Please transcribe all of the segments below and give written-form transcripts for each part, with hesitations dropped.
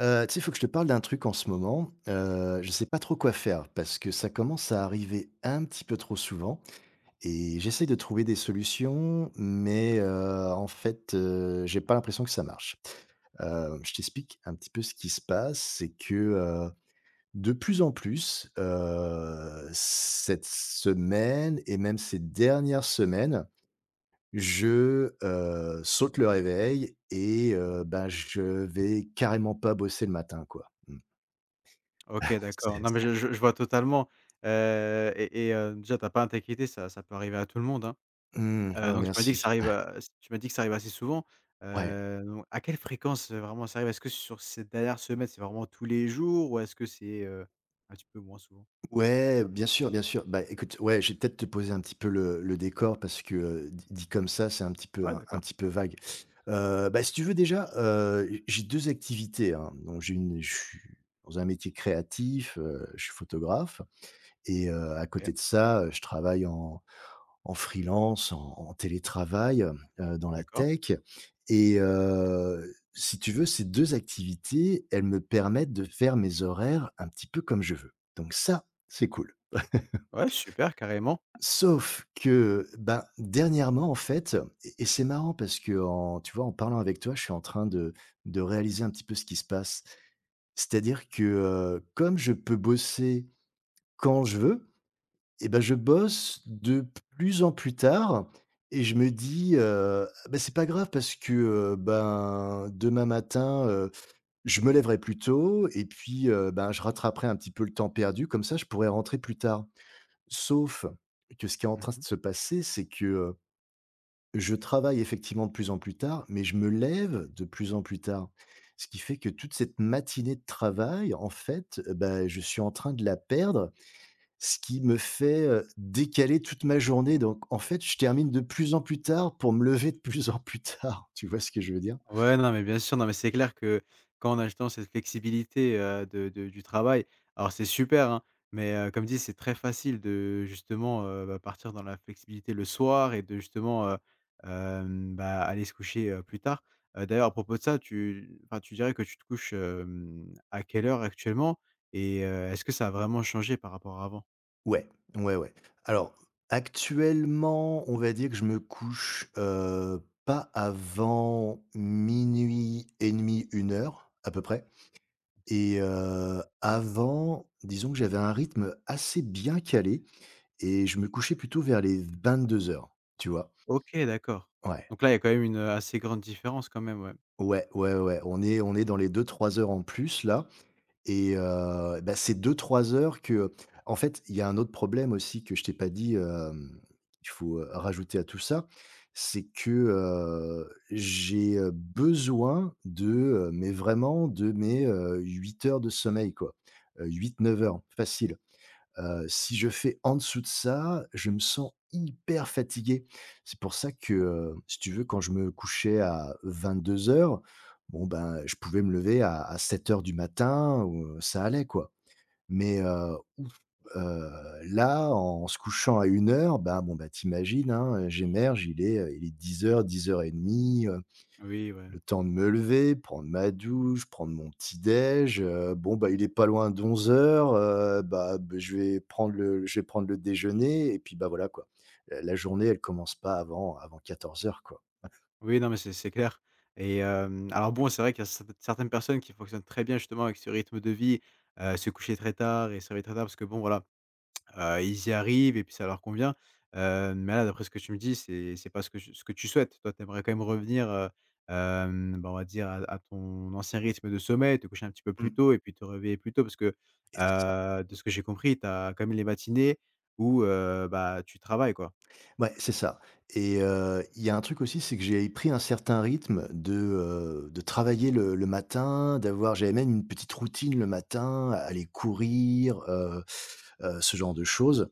Tu sais, il faut que je te parle d'un truc en ce moment. Je sais pas trop quoi faire parce que ça commence à arriver un petit peu trop souvent, et j'essaye de trouver des solutions, mais en fait, j'ai pas l'impression que ça marche. Je t'explique un petit peu ce qui se passe, c'est que de plus en plus, cette semaine et même ces dernières semaines, je saute le réveil et bah, je vais carrément pas bosser le matin, quoi. Mmh. OK, d'accord. Non, mais C'est je vois totalement, déjà, t'as pas à t'inquiéter, ça peut arriver à tout le monde, hein. Mmh, ouais, Donc tu m'as dit que merci. ça arrive, s tu m'as dit que ça arrive assez souvent. Ouais. Donc à quelle fréquence, vraiment ça arrive? Est-ce que sur ces dernières semaines, c'est vraiment tous les jours ou est-ce que c'est, un petit peu moins souvent? Ouais, bien sûr, bien sûr. Bah, écoute, ouais, je vais peut-être te poser un petit peu le décor parce que, dit comme ça, c'est un petit peu Ouais, un d'accord. petit peu vague. Bah, si tu veux déjà, j'ai 2 activités, hein. Donc j'ai une je suis dans un métier créatif, je suis photographe et à OK. côté de ça, je travaille en freelance, en télétravail, dans la D'accord. tech. Et si tu veux, ces 2 activités, elles me permettent de faire mes horaires un petit peu comme je veux. Donc ça, c'est cool. Ouais, super, carrément. Sauf que, ben, dernièrement, en fait, et c'est marrant parce que, tu vois, en parlant avec toi, je suis en train de réaliser un petit peu ce qui se passe. C'est-à-dire que, comme je peux bosser quand je veux, Et ben je bosse de plus en plus tard, et je me dis, «Bah, c'est pas grave parce que, ben, demain matin, je me lèverai plus tôt et puis, ben, je rattraperai un petit peu le temps perdu, comme ça je pourrai rentrer plus tard.» Sauf que ce qui est en train Mmh. de se passer, c'est que, je travaille effectivement de plus en plus tard, mais je me lève de plus en plus tard. Ce qui fait que toute cette matinée de travail, en fait, ben je suis en train de la perdre, ce qui me fait, décaler toute ma journée. Donc en fait, je termine de plus en plus tard pour me lever de plus en plus tard. Tu vois ce que je veux dire? Ouais, non, mais bien sûr, non, mais c'est clair que quand on a justement cette flexibilité, de du travail, alors c'est super, hein, mais comme dit, c'est très facile de justement, bah, partir dans la flexibilité le soir et de justement, bah, aller se coucher, plus tard. D'ailleurs à propos de ça, tu enfin, tu dirais que tu te couches, à quelle heure actuellement? Et est-ce que ça a vraiment changé par rapport à avant? Ouais, ouais, ouais. Alors, actuellement, on va dire que je me couche, pas avant minuit et demi, une heure à peu près, OK. et avant, disons que j'avais un rythme assez bien calé et je me couchais plutôt vers les 22 heures. Tu vois? Ok, d'accord. Ouais, Donc là, il y a quand même une assez grande différence quand même, ouais. ouais, ouais, ouais, on est dans les deux-trois heures en plus là. Et bah, c'est deux trois heures que, en fait, il y a un autre problème aussi que je t'ai pas dit, qu'il faut, rajouter à tout ça. C'est que, j'ai, besoin de, mais vraiment de mes, 8 heures de sommeil, quoi. Huit neuf heures facile. Si je fais en dessous de ça, je me sens hyper fatigué. C'est pour ça que, si tu veux, quand je me couchais à 22 heures, bon, ben, je pouvais me lever à 7 heures du matin, ou ça allait, quoi. Mais, ouf, là, en se couchant à une heure, ben, bon, bah, t'imagines, hein, j'émerge, il est 10:00-10:30, Oui, ouais. le temps de me lever, prendre ma douche, prendre mon petit déj, bon, bah, il est pas loin d'11:00. Bah, beh, je vais prendre le déjeuner et puis, bah, voilà, quoi. La journée, elle commence pas avant 14 heures, quoi. Oui, non, mais c'est clair et alors bon, c'est vrai qu'il y a certaines personnes qui fonctionnent très bien justement avec ce rythme de vie, se coucher très tard et se réveiller très tard parce que bon, voilà, ils y arrivent et puis ça leur convient. Mais là, d'après ce que tu me dis, c'est pas ce que tu ce que tu souhaites. Toi, tu aimerais quand même revenir, bah, on va dire à ton ancien rythme de sommeil, te coucher un petit peu plus Mmh, tôt et puis te réveiller plus tôt parce que, et c'est ça. De ce que j'ai compris, tu as quand même les matinées où, bah, tu travailles, quoi? Ouais, c'est ça, et il y a un truc aussi, c'est que j'ai pris un certain rythme de travailler le matin, d'avoir j'avais même une petite routine le matin, aller courir, ce genre de choses.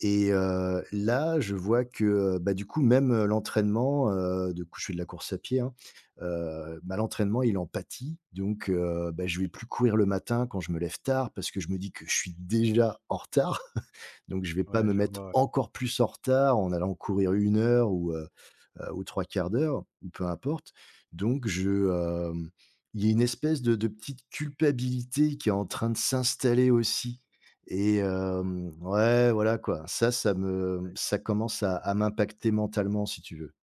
Et là, je vois que, bah, du coup, même, l'entraînement, du coup, je fais de la course à pied, hein, bah, l'entraînement, il en pâtit. Donc bah, je vais plus courir le matin quand je me lève tard, parce que je me dis que je suis déjà en retard. Donc je vais pas Ouais, me je mettre vois, ouais. encore plus en retard en allant courir une heure ou aux trois quarts d'heure, ou peu importe. Donc hem, il y a une espèce de petite culpabilité qui est en train de s'installer aussi, et ouais, voilà, quoi. Ça commence à m'impacter mentalement, si tu veux.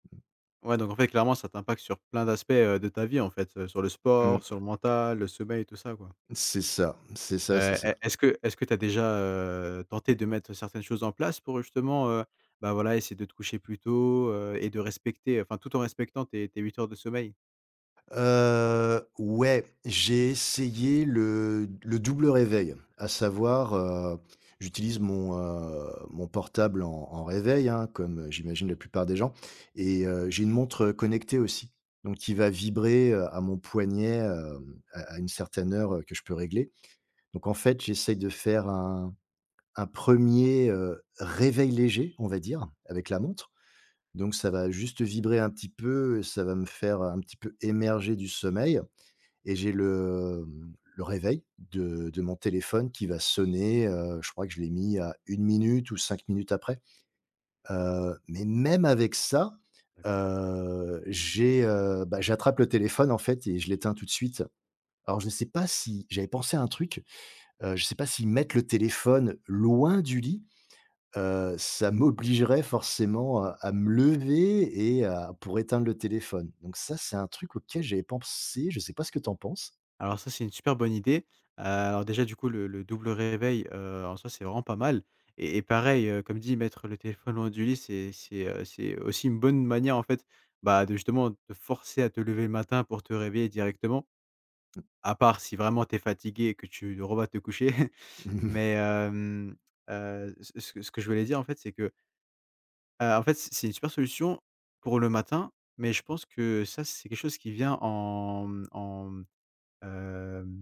Ouais, donc en fait, clairement, ça t'impacte sur plein d'aspects, de ta vie, en fait, sur le sport, sur Mmh. le mental, le sommeil, tout ça, quoi. C'est ça, c'est Heu, ça, c'est ça. est-ce que tu as déjà, tenté de mettre certaines choses en place pour justement, bah, voilà, essayer de te coucher plus tôt, et de respecter, enfin, tout en respectant tes 8 heures de sommeil? Ouais, j'ai essayé le double réveil, à savoir, j'utilise mon portable en réveil, hein, comme, j'imagine la plupart des gens, et j'ai une montre connectée aussi, donc qui va vibrer, à mon poignet, à une certaine heure, que je peux régler. Donc en fait, j'essaye de faire un 1er réveil léger, on va dire, avec la montre, donc ça va juste vibrer un petit peu, ça va me faire un petit peu émerger du sommeil, et j'ai le réveil de mon téléphone qui va sonner, je crois que je l'ai mis à une minute ou 5 minutes après. Mais même avec ça, D'accord. Bah, j'attrape le téléphone, en fait, et je l'éteins tout de suite. Alors je ne sais pas si j'avais pensé à un truc, je ne sais pas si mettre le téléphone loin du lit, ça m'obligerait forcément à me lever et à pour éteindre le téléphone. Donc ça, c'est un truc auquel j'avais pensé, je ne sais pas ce que tu en penses? Alors ça, c'est une super bonne idée. Alors déjà, du coup, le double réveil, en soi, c'est vraiment pas mal et pareil, comme dit, mettre le téléphone loin du lit, c'est c'est aussi une bonne manière, en fait, bah, de justement te forcer à te lever le matin pour te réveiller directement, à part si vraiment tu es fatigué et que tu rebats te coucher. Mais ce que je voulais dire, en fait, c'est que, en fait, c'est une super solution pour le matin, mais je pense que ça, c'est quelque chose qui vient en, Hem,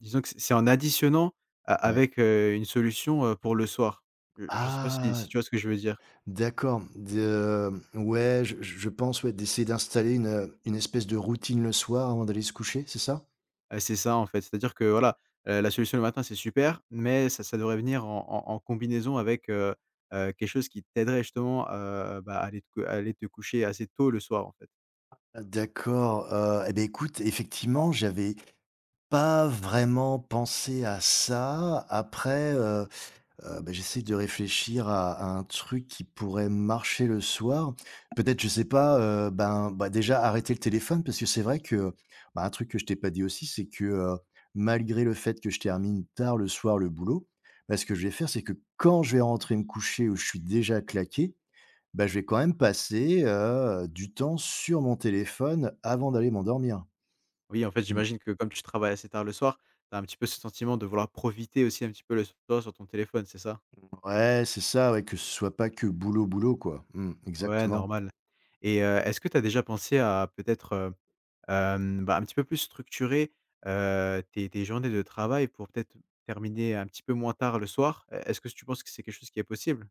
disons que c'est en additionnant a Ouais. avec, une solution, pour le soir. Je sais pas si Ah! si tu vois ce que je veux dire? D'accord, de ouais, je pense, ouais, d'essayer d'installer une, espèce de routine le soir avant d'aller se coucher, c'est ça? C'est ça en fait, c'est-à-dire que voilà, la solution le matin c'est super, mais ça devrait venir en en en combinaison avec, quelque chose qui t'aiderait justement, bah, à aller te cou à aller te coucher assez tôt le soir en fait. D'accord, et beh, écoute, effectivement, j'avais pas vraiment pensé à ça. Bah, j'essaie de réfléchir à un truc qui pourrait marcher le soir. Peut-être, je sais pas, ben, bah, déjà arrêter le téléphone, parce que c'est vrai que, bah, un truc que je t'ai pas dit aussi, c'est que, malgré le fait que je termine tard le soir le boulot, bah, ce que je vais faire, c'est que quand je vais rentrer me coucher où je suis déjà claqué, bah, je vais quand même passer, du temps sur mon téléphone avant d'aller m'endormir. Oui, en fait, Mmh. j'imagine que comme tu travailles assez tard le soir, tu as un petit peu ce sentiment de vouloir profiter aussi un petit peu le soir sur ton téléphone, c'est ça? Ouais, c'est ça, ouais, que ce soit pas que boulot, boulot, quoi. Mmh, Ouais, exactement. normal et est-ce que tu as déjà pensé à peut-être, bah, un petit peu plus structurer, tes journées de travail pour peut-être terminer un petit peu moins tard le soir. E est-ce que tu penses que c'est quelque chose qui est possible?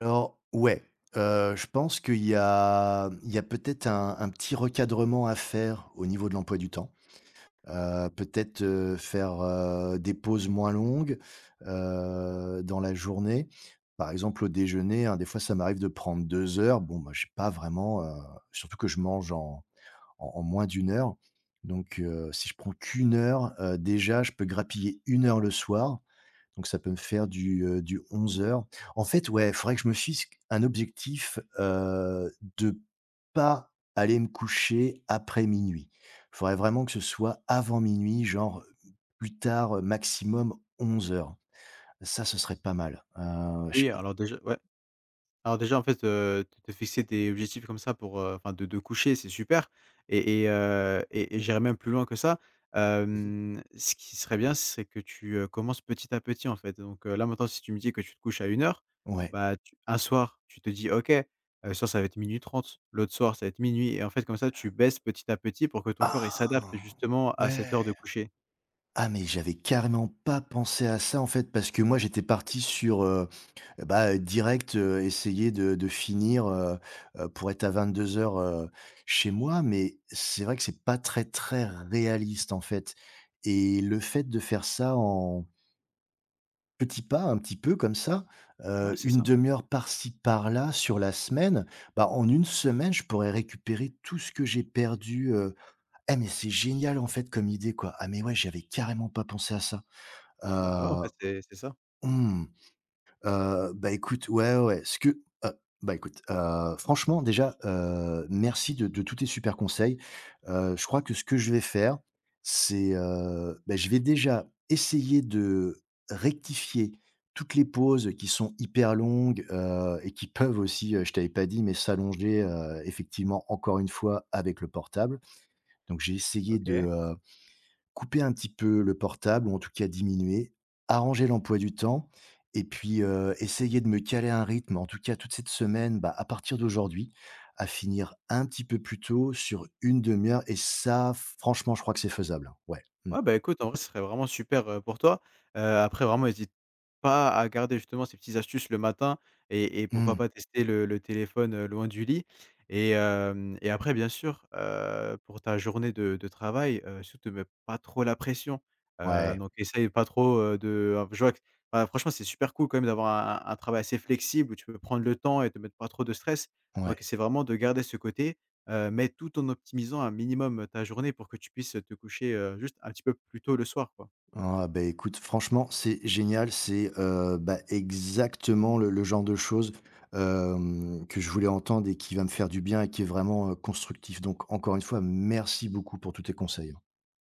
Alors ouais, je pense qu'il y a peut-être un petit recadrement à faire au niveau de l'emploi du temps. Peut-être, faire, des pauses moins longues, dans la journée. Par exemple au déjeuner, hein, des fois ça m'arrive de prendre 2 heures. Bon, bah, j'ai pas vraiment, surtout que je mange en en moins d'une heure. Donc, si je prends qu'une heure, déjà je peux grappiller une heure le soir. Donc ça peut me faire du 11:00. En fait, ouais, il faudrait que je me fixe un objectif, de pas aller me coucher après minuit. Il faudrait vraiment que ce soit avant minuit, genre, plus tard, maximum 11 heures. Ça, ce serait pas mal. Je sais Oui, pas. alors déjà ouais. Alors déjà, en fait, te fixer des objectifs comme ça pour, enfin de coucher, c'est super et et j'irais même plus loin que ça. Mmh. Ce qui serait bien, c'est que tu, commences petit à petit, en fait. Donc, là, maintenant, si tu me dis que tu te couches à une heure, Ouais. bah, tu un soir, tu te dis: «OK, ce soir, ça va être minuit trente, l'autre soir, ça va être minuit et en fait, comme ça, tu baisses petit à petit pour que ton corps, il s'adapte Ah! justement à cette heure de Ouais! coucher». Ah, mais j'avais carrément pas pensé à ça, en fait, parce que moi, j'étais parti sur, eh bah, direct, essayer de finir, pour être à 22:00, heu, chez moi, mais c'est vrai que c'est pas très, très réaliste, en fait, et le fait de faire ça en petits pas, un petit peu comme ça, Ouais, c'est ça. 1/2 heure par-ci, par-là sur la semaine. Bah, en une semaine, je pourrais récupérer tout ce que j'ai perdu. Eh mais c'est génial, en fait, comme idée, quoi. Ah, mais ouais, j'avais carrément pas pensé à ça. Bah, ouais, en Heu, fait, c'est ça. mmh. Bah, écoute, ouais, ouais, ouais, ce que heu, bah, écoute, franchement déjà, merci de tous tes super conseils. Je crois que ce que je vais faire, c'est, bah, je vais déjà essayer de rectifier toutes les pauses qui sont hyper longues, et qui peuvent aussi, je t'avais pas dit, mais s'allonger, effectivement encore une fois avec le portable. Donc j'ai essayé de, OK. euh, Couper un petit peu le portable, ou en tout cas diminuer, arranger l'emploi du temps, et puis, essayer de me caler un rythme, en tout cas toute cette semaine, bah, à partir d'aujourd'hui, à finir un petit peu plus tôt sur une demi heure, et ça, franchement, je crois que c'est faisable, hein. Ouais. Mmh. Ouais, bah, écoute, en vrai, ce serait vraiment super, pour toi. Après vraiment n'hésite pas à garder justement ces petites astuces le matin et pourquoi Mmh. pas tester le téléphone, loin du lit et hem et après bien sûr, pour ta journée de travail, surtout ne mets pas trop la pression. Ouais, Donc essaye pas trop, de enfin, je vois que enfin franchement c'est super cool quand même d'avoir un un travail assez flexible où tu peux prendre le temps et te mettre pas trop de stress. Donc ouais. essaie vraiment de garder ce côté, mais tout en optimisant un minimum, ta journée pour que tu puisses te coucher, juste un petit peu plus tôt le soir, quoi. Ah bah, écoute, franchement, c'est génial. C'est, bah, exactement le genre de choses, que je voulais entendre, et qui va me faire du bien et qui est vraiment, constructif. Donc encore une fois, merci beaucoup pour tous tes conseils, hein.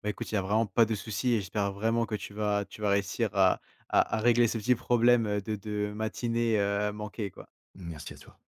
Bah, écoute, il y a vraiment pas de souci et j'espère vraiment que tu vas réussir à régler ce petit problème, de matinée, manquée, quoi. Merci à toi.